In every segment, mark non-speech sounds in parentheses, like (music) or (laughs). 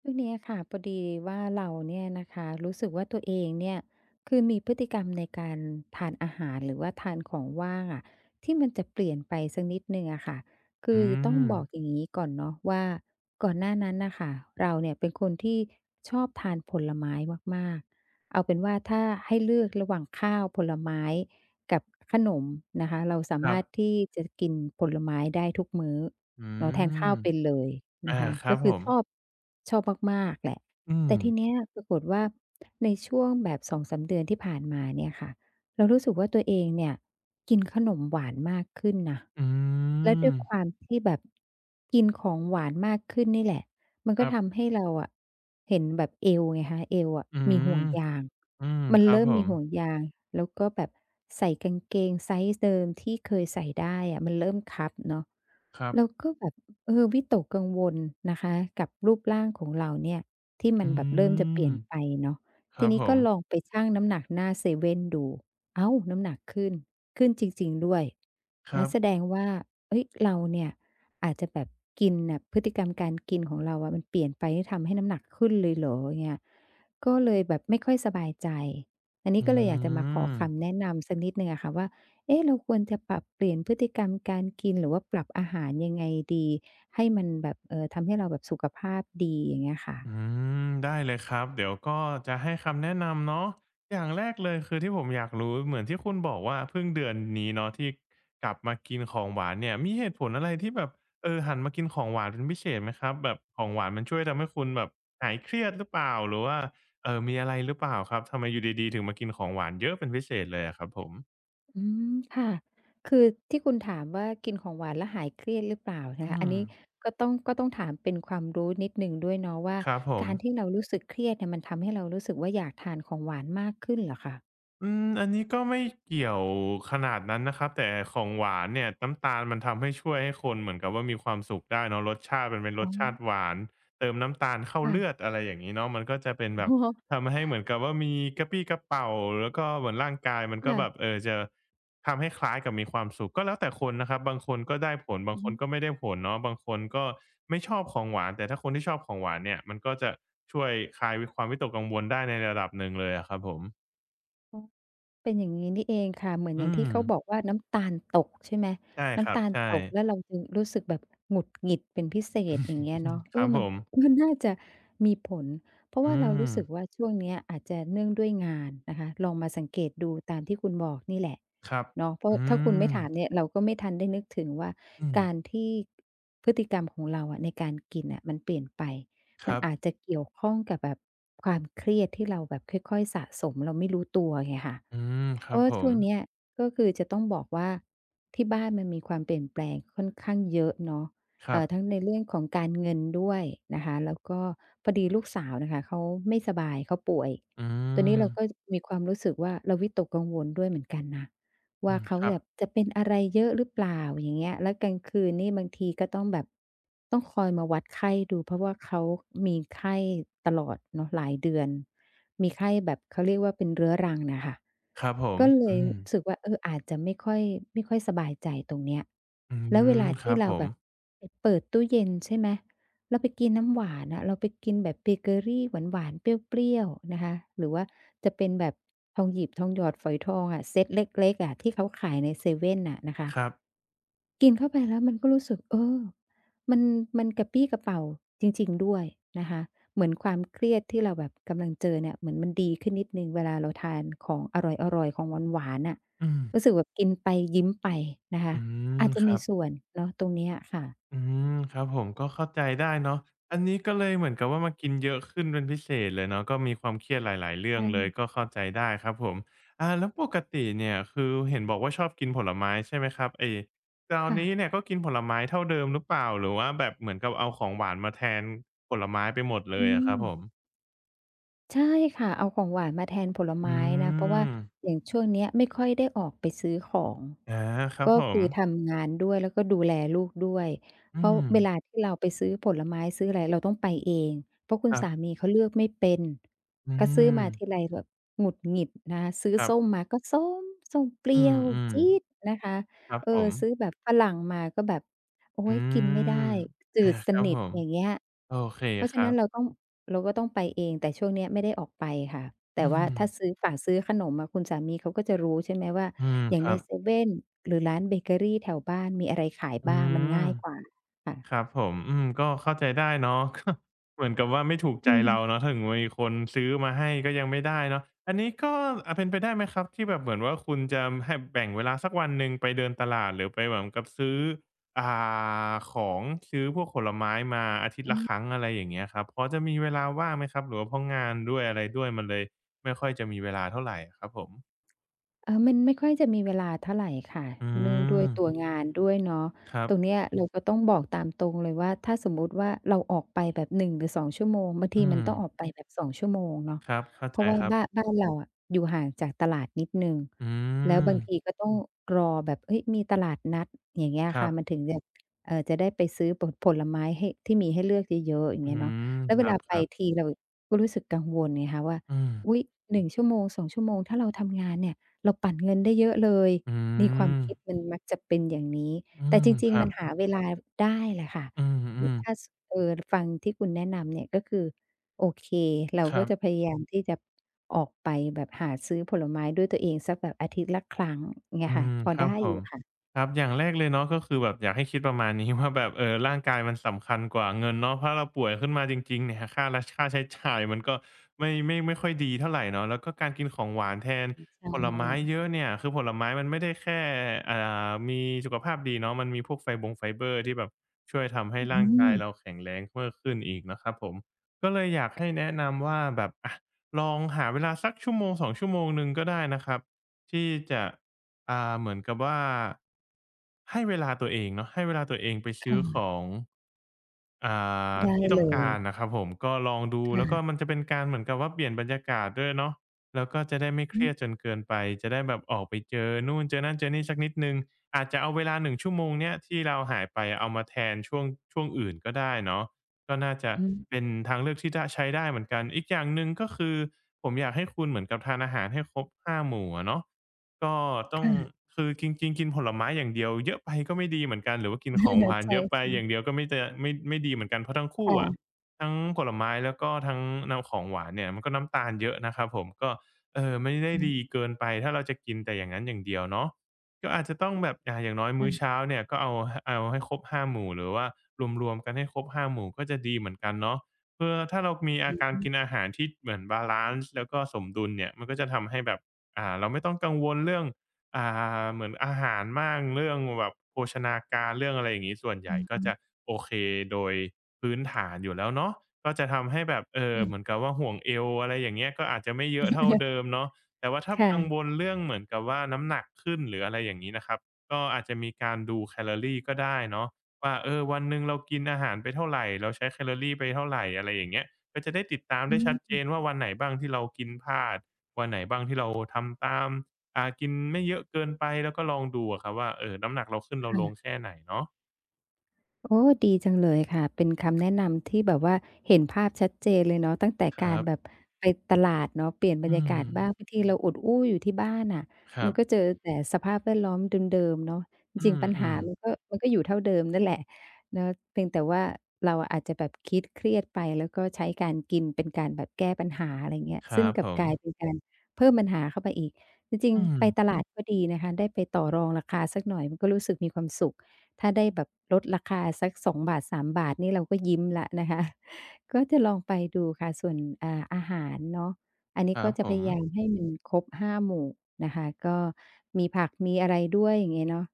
ช่วงนี้ค่ะพอดีว่าเราเนี่ยนะคะรู้สึกว่าตัวเองเนี่ยคือมีพฤติกรรมในการทานอาหารหรือว่าทานของว่างอะที่มันจะเปลี่ยนไปสักนิดนึ่งอะค่ะคือือจะต้องมบอกอย่างนี้ก่อนเนาะว่าก่อนหน้านั้นนะคะเราเนี่ยเป็นคนที่ชอบทานผลไม้มาก ๆ เอาเป็นว่าถ้าให้เลือกระหว่างข้าวผลไม้กับขนมนะคะเราสาครัมารถบที่จะกินผลไม้ได้ทุกมื้อ อืเราแทนมข้าวเป็นเลยอานะคะครัก็บผคือมชอบมากๆแหละอืมแต่ทีเนี้ยปรากฏว่าในช่วงแบบสองสามเดือนที่ผ่านมาเนี่ยค่ะเรารู้สึกว่าตัวเองเนี่ยกินขนมหวานมากขึ้นนะอืแล้วมด้วยความที่แบบกินของหวานมากขึ้นนี่แหละมันคก็รับทำให้เราอะเห็นแบบเอวไงคะเอวอะอืมีมห่วงยางอืมมันครับเริ่ผมมีมห่วงยางแล้วก็แบบใส่กางเกงไซซ์เดิมที่เคยใส่ได้อะมันเริ่มคับเนาะ ครัเราบก็แบบเออวิตกกังวลนะคะกับรูปร่างของเราเนี่ยที่มัอืนแบบเริ่มจะเปมลี่ยนไปเนาะคทีรับนี้ผก็มลองไปชั่งน้ำหนักหน้าเซเว่นดูอ้าวน้ำหนักขึ้นจริงๆด้วยครังั้นบแสดงว่าเฮ้ยเราเนี่ยอาจจะแบบกินน่ะพฤติกรรมการกินของเราอะมันเปลี่ยนไปที่ทำให้น้ำหนักขึ้นเลยเหรออย่างเงี้ยก็เลยแบบไม่ค่อยสบายใจอันนี้อืก็เลยอยากจะมาขอม คำแนะนำสักนิดหนึ่งอะค่ะว่า เอ๊ะเราควรจะปรับเปลี่ยนพฤติกรรมการกินหรือว่าปรับอาหารยังไงดีให้มันแบบทำให้เราแบบสุขภาพดีอย่างเงี้ยค่ะอืมได้เลยครับเดี๋ยวก็จะให้คำแนะนำเนาะอย่างแรกเลยคือที่ผมอยากรู้เหมือนที่คุณบอกว่าเพิ่งเดือนนี้เนาะที่กลับมากินของหวานเนี่ยมีเหตุผลอะไรที่แบบหันมากินของหวานเป็นพิเศษไหมครับแบบของหวานมันช่วยทำให้คุณแบบหายเครียดหรือเปล่าหรือว่ามีอะไรหรือเปล่าครับทำไมอยู่ดีๆถึงมากินของหวานเยอะเป็นพิเศษเลยอะครับผมอืมค่ะคือที่คุณถามว่ากินของหวานแล้วหายเครียดหรือเปล่าอืนะคะอันมนี้ก็ต้องถามเป็นความรู้นิดหนึ่งด้วยเนาะว่าครับผม การที่เรารู้สึกเครียดเนี่ยมันทำให้เรารู้สึกว่าอยากทานของหวานมากขึ้นเหรอคะอืมอันนี้ก็ไม่เกี่ยวขนาดนั้นนะครับแต่ของหวานเนี่ยน้ำตาลมันทำให้ช่วยให้คนเหมือนกับว่ามีความสุขได้เนาะรสชาติมันเป็นรอ๋สอชาติหวานเติมน้ำตาลเข้าเลือดค่ะ อะไรอย่างงี้เนาะมันก็จะเป็นแบ (laughs) บอ๋อทำให้เหมือนกับว่ามีกระปรี้กระเปร่าแล้วก็เหมือนร่างกายมันก็แบบค่ะจะทำให้คล้ายกับมีความสุขก็แล้วแต่คนนะครับบางคนก็ได้ผลบางอือคนก็ฮไม่ได้ผลเนาะบางคนก็ไม่ชอบของหวานแต่ถ้าคนที่ชอบของหวานเนี่ยมันก็จะช่วยคลายความวิตกกังวลได้ในระดับหนึ่งเลยอะครับผมึ เป็นอย่างนี้นี่เองค่ะเหมือนออืย่างที่ม เขาบอกว่าน้ำตาลตกใช่ไหมใช่ครัน้ำบตาลใช่ ตกแล้วเราจึงรู้สึกแบบหงุดหงิดเป็นพิเศษอย่างเงี้ยเนาะ (laughs) คเอรัอบผมัน ม (laughs) มันน่าจะมีผลเพราะว่าอืเรามรู้สึกว่าช่วงเนี้ยอาจจะเนื่องด้วยงานนะคะลองมาสังเกตดูตามที่คุณบอกนี่แหละครับเนาะเพราะอืถ้าคุณไม่มถามเนี่ยเราก็ไม่ทันได้นึกถึงว่าอืมการที่พฤติกรรมของเราอะในการกินอ่ะมันเปลี่ยนไป คมันรับอาจจะเกี่ยวข้องกับแบบความเครียดที่เราแบบค่อยๆสะสมเราไม่รู้ตัวไงค่ะอืมคเพรับราะว่าผมช่วงเนี้ยก็คือจะต้องบอกว่าที่บ้านมันมีความเปลี่ยนแปลงค่อนข้างเยอะเนาะครับทั้งในเรื่องของการเงินด้วยนะคะแล้วก็พอดีลูกสาวน่ะค่ะเขาไม่สบายเขาป่วยอืตัวนี้มเราก็มีความรู้สึกว่าเราวิตกกังวลด้วยเหมือนกันนะ อืว่ามเขาครับแบบจะเป็นอะไรเยอะหรือเปล่าอย่างเงี้ยแล้วกลางคืนนี่บางทีก็ต้องแบบต้องคอยมาวัดไข้ดูเพราะว่าเขามีไข้ตลอดเนาะหลายเดือนมีไข้แบบเขาเรียกว่าเป็นเรื้อรังน่ะค่ะครับผมก็เลยอืมรู้สึกว่าเอออาจจะไม่ค่อยสบายใจตรงเนี้ยอืแล้วเวมลาคที่รับผเรามแบบไปเปิดตู้เย็นใช่ไหม เราไปกินน้ำหวานอะเราไปกินแบบเบเกอรีหวานๆเปรี้ยวๆนะคะหรือว่าจะเป็นแบบทองหยิบทองหยอดฝอยทองอะเซตเล็กๆอะที่เขาขายในเซเว่นน่ะนะคะครับกินเข้าไปแล้วมันก็รู้สึกเออมันมันกระปรี้กระเปร่าจริงๆด้วยนะคะเหมือนความเครียดที่เราแบบกำลังเจอเนี่ยเหมือนมันดีขึ้นนิดหนึ่งเวลาเราทานของอร่อยๆของหวานๆน่ะอืมรู้สึกแบบกินไปยิ้มไปนะคะอืมอาจจะคมีรับ ส่วนเนาะตรงเนี้ยค่ะอืมครับผมก็เข้าใจได้เนาะอันนี้ก็เลยเหมือนกับว่ามากินเยอะขึ้นเป็นพิเศษเลยเนาะก็มีความเครียดหลายๆเรื่องเลยใช่ก็เข้าใจได้ครับผมอ่าแล้วปกติเนี่ยคือเห็นบอกว่าชอบกินผลไม้ใช่ไหมครับไอ้คราวนี้เนี่ยค่ะก็กินผลไม้เท่าเดิมหรือเปล่าหรือว่าแบบเหมือนกับเอาของหวานมาแทนผลไม้ไปหมดเลอืยอะคม รับผมใช่ค่ะ เอาของหวานมาแทนผลไม้อืนะ เพราะว่ามอย่างช่วงเนี้ยไม่ค่อยได้ออกไปซื้อของ อาครับก็ผมคือทำงานด้วยแล้วก็ดูแลลูกด้วยอืเพราะมเวลาที่เราไปซื้อผลไม้ซื้ออะไรเราต้องไปเองเพราะคุคณรับสามีเขาเลือกไม่เป็นอืก็ซื้อมมาทีไรแบบหงุดหงิดนะคะซื้อครัส้มบมาก็ส้มส้มเปอืรี้ยวมจี๊ดนะคะๆครับเออผมซื้อแบบฝรั่งมาก็แบบโอ๊อืยกินไม่มได้จือาดสครับนิผทม อย่างเงี้ยโอเคเพราะคฉะรันั้นเราบต้องเราก็ต้องไปเองแต่ช่วงเนี้ยไม่ได้ออกไปค่ะแต่อืว่ามถ้าซื้อฝากซื้อขนมอะคุณสามีเขาก็จะรู้ใช่ไหมว่า อืมอย่าคงรัในเซบ เว่นหรือร้านเบเกอรีแถวบ้านมีอะไรขายอืบ้างมันมง่ายกว่าค่ะครับผมอืมก็เข้าใจได้เนาะ (laughs) ก็เหมือนกับว่าไม่ถูกใจอือฮเราเนาะถึงมีคนซื้อมาให้ก็ยังไม่ได้เนาะ อันนี้ก็เป็นไปได้ไหมครับที่แบบเหมือนว่าคุณจะให้แบ่งเวลาสักวันหนึ่งไปเดินตลาดหรือไปเหมือนกับซื้ออ่าของซื้อพวกผลไม้มาอาทิตย์ละครั้ึ งอะไรอย่างเงี้ยครับพอจะมีเวลาว่างไหมครับหรือว่าเพราะงานด้วยอะไรด้วยมันเลยไม่ค่อยจะมีเวลาเท่าไรอะครับผมเออมันไม่ค่อยจะมีเวลาเท่าไรค่ะอืเนื่องด้วยมตัวงานด้วยเนาะครัตบรงเนี้ยเราก็ต้องบอกตามตรงเลยว่าถ้าสมมุติว่าเราออกไปแบบหนึ่งหรือสองชั่วโมงบางทีอืมัม นต้องออกไปแบบสองชั่วโมงเนาะครับเข้าเพใจราะว่าครับ้านบบ้านเราอะอยู่ห่างจากตลาดนิดหนึ่งอืแล้วมบางทีก็ต้องรอแบบเฮ้ยมีตลาดนัดอย่างเงี้ยครัค่ะบมันถึงจะจะได้ไปซื้อผลไม้ให้ที่มีให้เลือกเยอะๆอย่าอืงเงี้ยเนาะมแล้วคเวรลาไปับๆทีเราก็รู้สึกกังวลไงคะว่าอืมอุ๊ยหนึ่งชั่วโมงสองชั่วโมงถ้าเราทำงานเนี่ย เราปั่นเงินได้เยอะเลย อืนี่ความมคิดมันมักจะเป็นอย่างนี้ อืแต่มจริคงรัๆมับนหาเวลาได้แหละค่ะอืนิถ้ามสฟังที่คุณแนะนำเนี่ยก็คือโอเค เราๆคก็รับ จะพยายามที่จะออกไปแบบหาซื้อผลไม้ด้วยตัวเองสักแบบอาทิตย์ละครั้งเงี้อืยค่ะ มพอครัได้บผอยู่มค่ะครับอย่างแรกเลยเนาะก็คือแบบอยากให้คิดประมาณนี้ (laughs) ว่าแบบร่างกายมันสำคัญกว่าเงินเนาะถ้าเราป่วยขึ้นมาจริงๆเนี่ยค่าใช้จ่ายมันก็ไม่ค่อยดีเท่าไรเนาะแล้วก็การกินของหวานแทนอืมผลใชไม้เย่อะเนี่ยคือผลไม้มันไม่ได้แค่อ่มีสุขภาพดีเนาะมันมีพวกไฟเบอร์ที่แบบช่วยทำให้อืร่างกามยเราแข็งแรงเพิ่มขึ้นอีกนะครับผมก็เลยอยากให้แนะนำว่าแบบอะลองหาเวลาสักชั่วโมงสองชั่วโมงหนึ่งก็ได้นะครับที่จะ เหมือนกับว่าให้เวลาตัวเองเนาะให้เวลาตัวเองไปซื้อขค่ะองอ่ได้ที่ต้อเลงยการน่ะครับผมก็ลองดูแล้วก็ค่ะมันจะเป็นการเหมือนกับว่าเปลี่ยนบรรยากาศด้วยเนาะแล้วก็จะได้ไม่เคอืรีมยดจนเกินไปจะได้แบบออกไปเจอนู่นเจอนั่นเจอนี่สักนิดหนึ่งอาจจะเอาเวลาหนึ่งชั่วโมงเนี้ยที่เราหายไปเอามาแทนช่วงอื่นก็ได้เนาะก็น่าจะอืม เป็ (laughs) นทางเลือกที่จะใช้ได้เหมือนกันอีกอย่างหนึ่งก็คือผมอยากให้คุณเหมือนกับทานอาหารให้ครบห้าหมู่อะเนาะ ก็ต้องคือจริงๆกินผลไม้อย่างเดียวเยอะไปก็ไม่ดีเหมือนกันหรือว่ากินของหวานเยใช่อะไปอย่างเดียวก็ไม่จะไม่ไม่ดีเหมือนกันเพราะทั้งๆคู่อะค่ะทั้งผลไม้แล้วก็ทั้งน้ำของหวานเนี่ยมันก็น้ำตาลเยอะนะครับผมก็ไม่ได้อืดีมเกินไปถ้าเราจะกินแต่อย่างนั้นอย่างเดียวเนาะก็อาจจะต้องแบบอย่างน้อยมื้อค่ะเช้าเนี่ยก็เอาให้ครบห้าหมู่หรือว่ารวมๆกันให้ครบห้าหมู่ก็จะดีเหมือนกันเนาะเพื่อถ้าเรามีอาอือการฮึกินอาหารที่เหมือนบาลันซ์แล้วก็สมดุลเนี่ยมันก็จะทำให้แบบ เราไม่ต้องกังวลเรื่องอ่เหมือนอาหารมากเรื่องแบบโภชนาการเรื่องอะไรอย่างงี้ส่วนใหอืญ่อก็ฮึจะโอเคโดยพื้นฐานอยู่แล้วเนาะก็จะทำให้แบบอืเหมือมนกับว่าห่วงเอวอะไรอย่างเงี้ยก็อาจจะไม่เยอะเท่าเดิมเนาะแต่ว่าถ้ากังวค่ะลเรื่องเหมือนกับว่าน้ำหนักขึ้นหรืออะไรอย่างงี้นะครับก็อาจจะมีการดูแคลอรีก็ได้เนาะว่าเออวันหนึ่งเรากินอาหารไปเท่าไรเราใช้แคลอรีไปเท่าไรอะไรอย่างเงี้ยก็จะได้ติดตามได้อืชัดเจมนว่าวันไหนบ้างที่เรากินพลาด วันไหนบ้างที่เราทำตามกินไม่เยอะเกินไปแล้วก็ลองดูอะครับว่าน้ำหนักเราขึ้นเราลงค่ะ แค่ไหนเนาะโอ้ดีจังเลยค่ะเป็นคำแนะนำที่แบบว่าเห็นภาพชัดเจนเลยเนาะตั้งแต่คการัรแบบบไปตลาดเนาะเปลี่ยนบรรอืยากาศบ้างบางมทีเราอดอู้อยู่ที่บ้านน่ะครัมันก็บเจอแต่สภาพแวดล้อมเดิมๆเนาะจอืริงๆมปัญหามันก็อยู่เท่าเดิมนั่นแหละเนาะเพียงแต่ว่าเราอาจจะแบบคิดเครียดไปแล้วก็ใช้การกินเป็นการแบบแก้ปัญหาอะไรเงี้ยๆคซึ่รังบกผลับมกลายเป็นการเพิ่มปัญหาเข้าไปอีกจริงอืมๆไปตลาดก็ดีนะคะได้ไปต่อรองราคาสักหน่อยมันก็รู้สึกมีความสุข ถ้าได้แบบลดราคาสักส2 3บาทสามบาทนี่เราก็ยิ้มแล้วนะคะ (laughs) ก็จะลองไปดูค่ะส่วนอ่าอาหารเนาะอันคนี้รัก็บจะผพมยายามให้มันครบ5หมู่นะคะก็มีผักมีอะไรด้วยอย่างเงี้ยเนาะ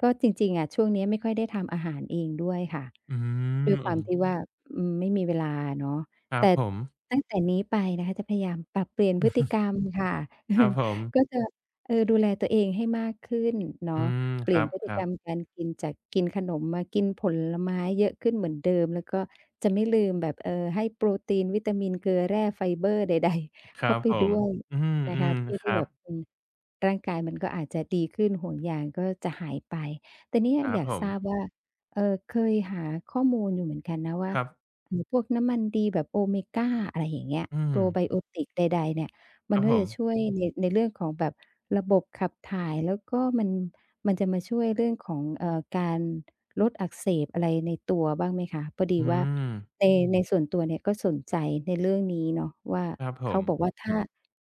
ก็จริงๆอะช่วงนี้ไม่ค่อยได้ทำอาหารเองด้วยค่ะอืมด้วยคอืวามมที่ว่าอืมไม่มีเวลาเนาะครับแต่ผมตั้งแต่นี้ไปนะคะจะพยายามปรับเปลี่ยนพฤติกรรมค่ะ ครับ (laughs) ผมก็จะเออดูแลตัวเองให้มากขึ้นเนาะ อืมเปคลี่ยรันบพฤคติรักรบรมการกินจากกินขนมมากินผลไม้เยอะขึ้นเหมือนเดิมแล้วก็จะไม่ลืมแบบให้โปรตีนวิตามินเกลือแร่ไฟเบอร์ใดๆ ค (laughs) รัเข้าบไปผด้มวยอืนะคะมเพื่อๆคที่รัแบบบอืมร่างกายมันก็อาจจะดีขึ้นห่วงยางก็จะหายไปแต่เนี่ยครัอบยากผมทราบว่าเอ่อเคยหาข้อมูลอยู่เหมือนกันนะว่าครับพวกน้ำมันดีแบบโอเมกาอะไรอย่างเงี้ยอืโปมรไบโอติกใดๆเนี่ย คมัรันบก็ผจะช่วมยในเรื่องของแบบระบบขับถ่ายแล้วก็มันจะมาช่วยเรื่องของการลดอักเสบอะไรในตัวบ้างไหมคะพอดีอืว่ามในในส่วนตัวเนี่ยก็สนใจในเรื่องนี้เนาะว่าครับผเขาม บอกว่าถ้า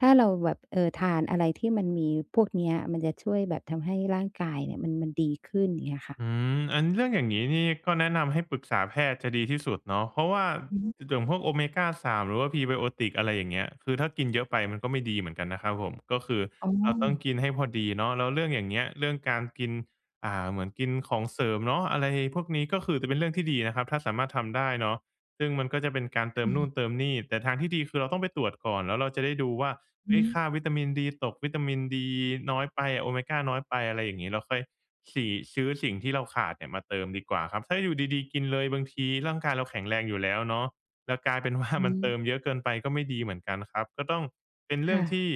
ถ้าเราแบบทานอะไรที่มันมีพวกเนี้ยมันจะช่วยแบบทำให้ร่างกายเนี่ยมันดีขึ้นอย่างเงี้ยค่ะอืมอันเรื่องอย่างนี้นี่ก็แนะนำให้ปรึกษาแพทย์จะดีที่สุดเนาะเพราะว่าออย่างพวกโอเมก้า3หรือว่า p r ไ b โอติกอะไรอย่างเงี้ยคือถ้ากินเยอะไปมันก็ไม่ดีเหมือนกันนะครับผมก็คือ๋อเราต้องกินให้พอดีเนาะแล้วเรื่องอย่างเงี้ยเรื่องการกินเหมือนกินของเสริมเนาะอะไรพวกนี้ก็คือจะเป็นเรื่องที่ดีนะครับถ้าสามารถทำได้เนาะซึ่งมันก็จะเป็นการเติมนู่นเติมนี่แต่ทางที่ดีคือเราต้องไปตรวจก่อนแล้วเราจะได้ดูว่าเฮ้ยอืค่าวิตามินดีตกวิตามินดีน้อยไปโอเมกาน้อยไปอะไรอย่างงี้เราค่อย สีซื้อสิ่งที่เราขาดเนี่ยมาเติมดีกว่าครับถ้าอยู่ดีๆกินเลยบางทีร่างกายเราแข็งแรงอยู่แล้วเนาะแล้วกลายเป็นว่ามันเติมมเยอะเกินไปก็ไม่ดีเหมือนกันครับก็ต้องเป็นเรื่องค่ะ ที่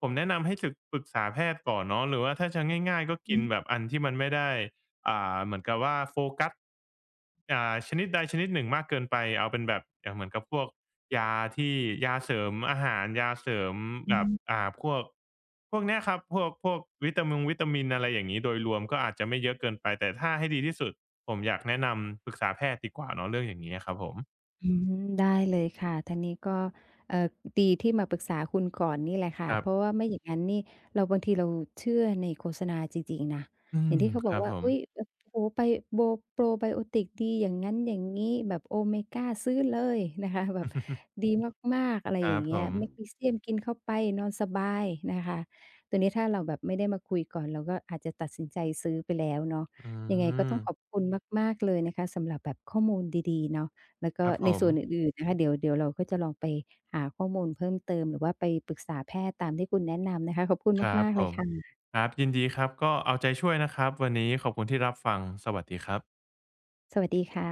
ผมแนะนำให้ปรึกษาแพทย์ก่อนเนาะหรือว่าถ้าจะง่ายๆก็กินแบบอันที่มันไม่ได้เหมือนกับว่าโฟกัสชนิดใดชนิดหนึ่งมากเกินไปเอาเป็นแบบอย่างเหมือนกับพวก ยาที่ยาเสริมอาหารยาเสริมแบบพวกเนี้ยครับพวกวิตามินอะไรอย่างงี้โดยรวมก็อาจจะไม่เยอะเกินไปแต่ถ้าให้ดีที่สุดผมอยากแนะนำปรึกษาแพทย์ดีกว่าเนาะเรื่องอย่างงี้อะครับผมอืมได้เลยค่ะทางนี้ก็เอ่อดีที่มาปรึกษาคุณก่อนนี่แหละค่ะครัเพราะบว่าไม่อย่างนั้นนี่เราบางทีเราเชื่อในโฆษณาจริงๆนะอือย่ามงที่เขาคบอกรับว่าผม อุ๊ยแบบโอ้โฮไปโบโปรไบโอติกดีอย่างงั้นอย่างงี้แบบโอเมกาซื้อเลยนะคะแบบ (laughs) ดีมากๆอะไรคอรัย่าบงผเงี้ยมแมกนีเซียมกินเข้าไปนอนสบายนะคะตัวนี้ถ้าเราแบบไม่ได้มาคุยก่อนเราก็อาจจะตัดสินใจซื้อไปแล้วเนาะอืยังไงก็มต้องขอบคุณมากๆเลยนะคะสำหรับแบบข้อมูลดีๆเนาะ แล้วคก็รับผในมส่วนอื่นๆนะคะเดี๋ยวเราก็จะลองไปหาข้อมูลเพิ่มเติมหรือว่าไปปรึกษาแพทย์ตามที่คุณแนะนำนะคะขอบคุณครับมากๆผเลยมค่ะครับยินดีครับก็เอาใจช่วยนะครับวันนี้ขอบคุณที่รับฟังสวัสดีครับสวัสดีค่ะ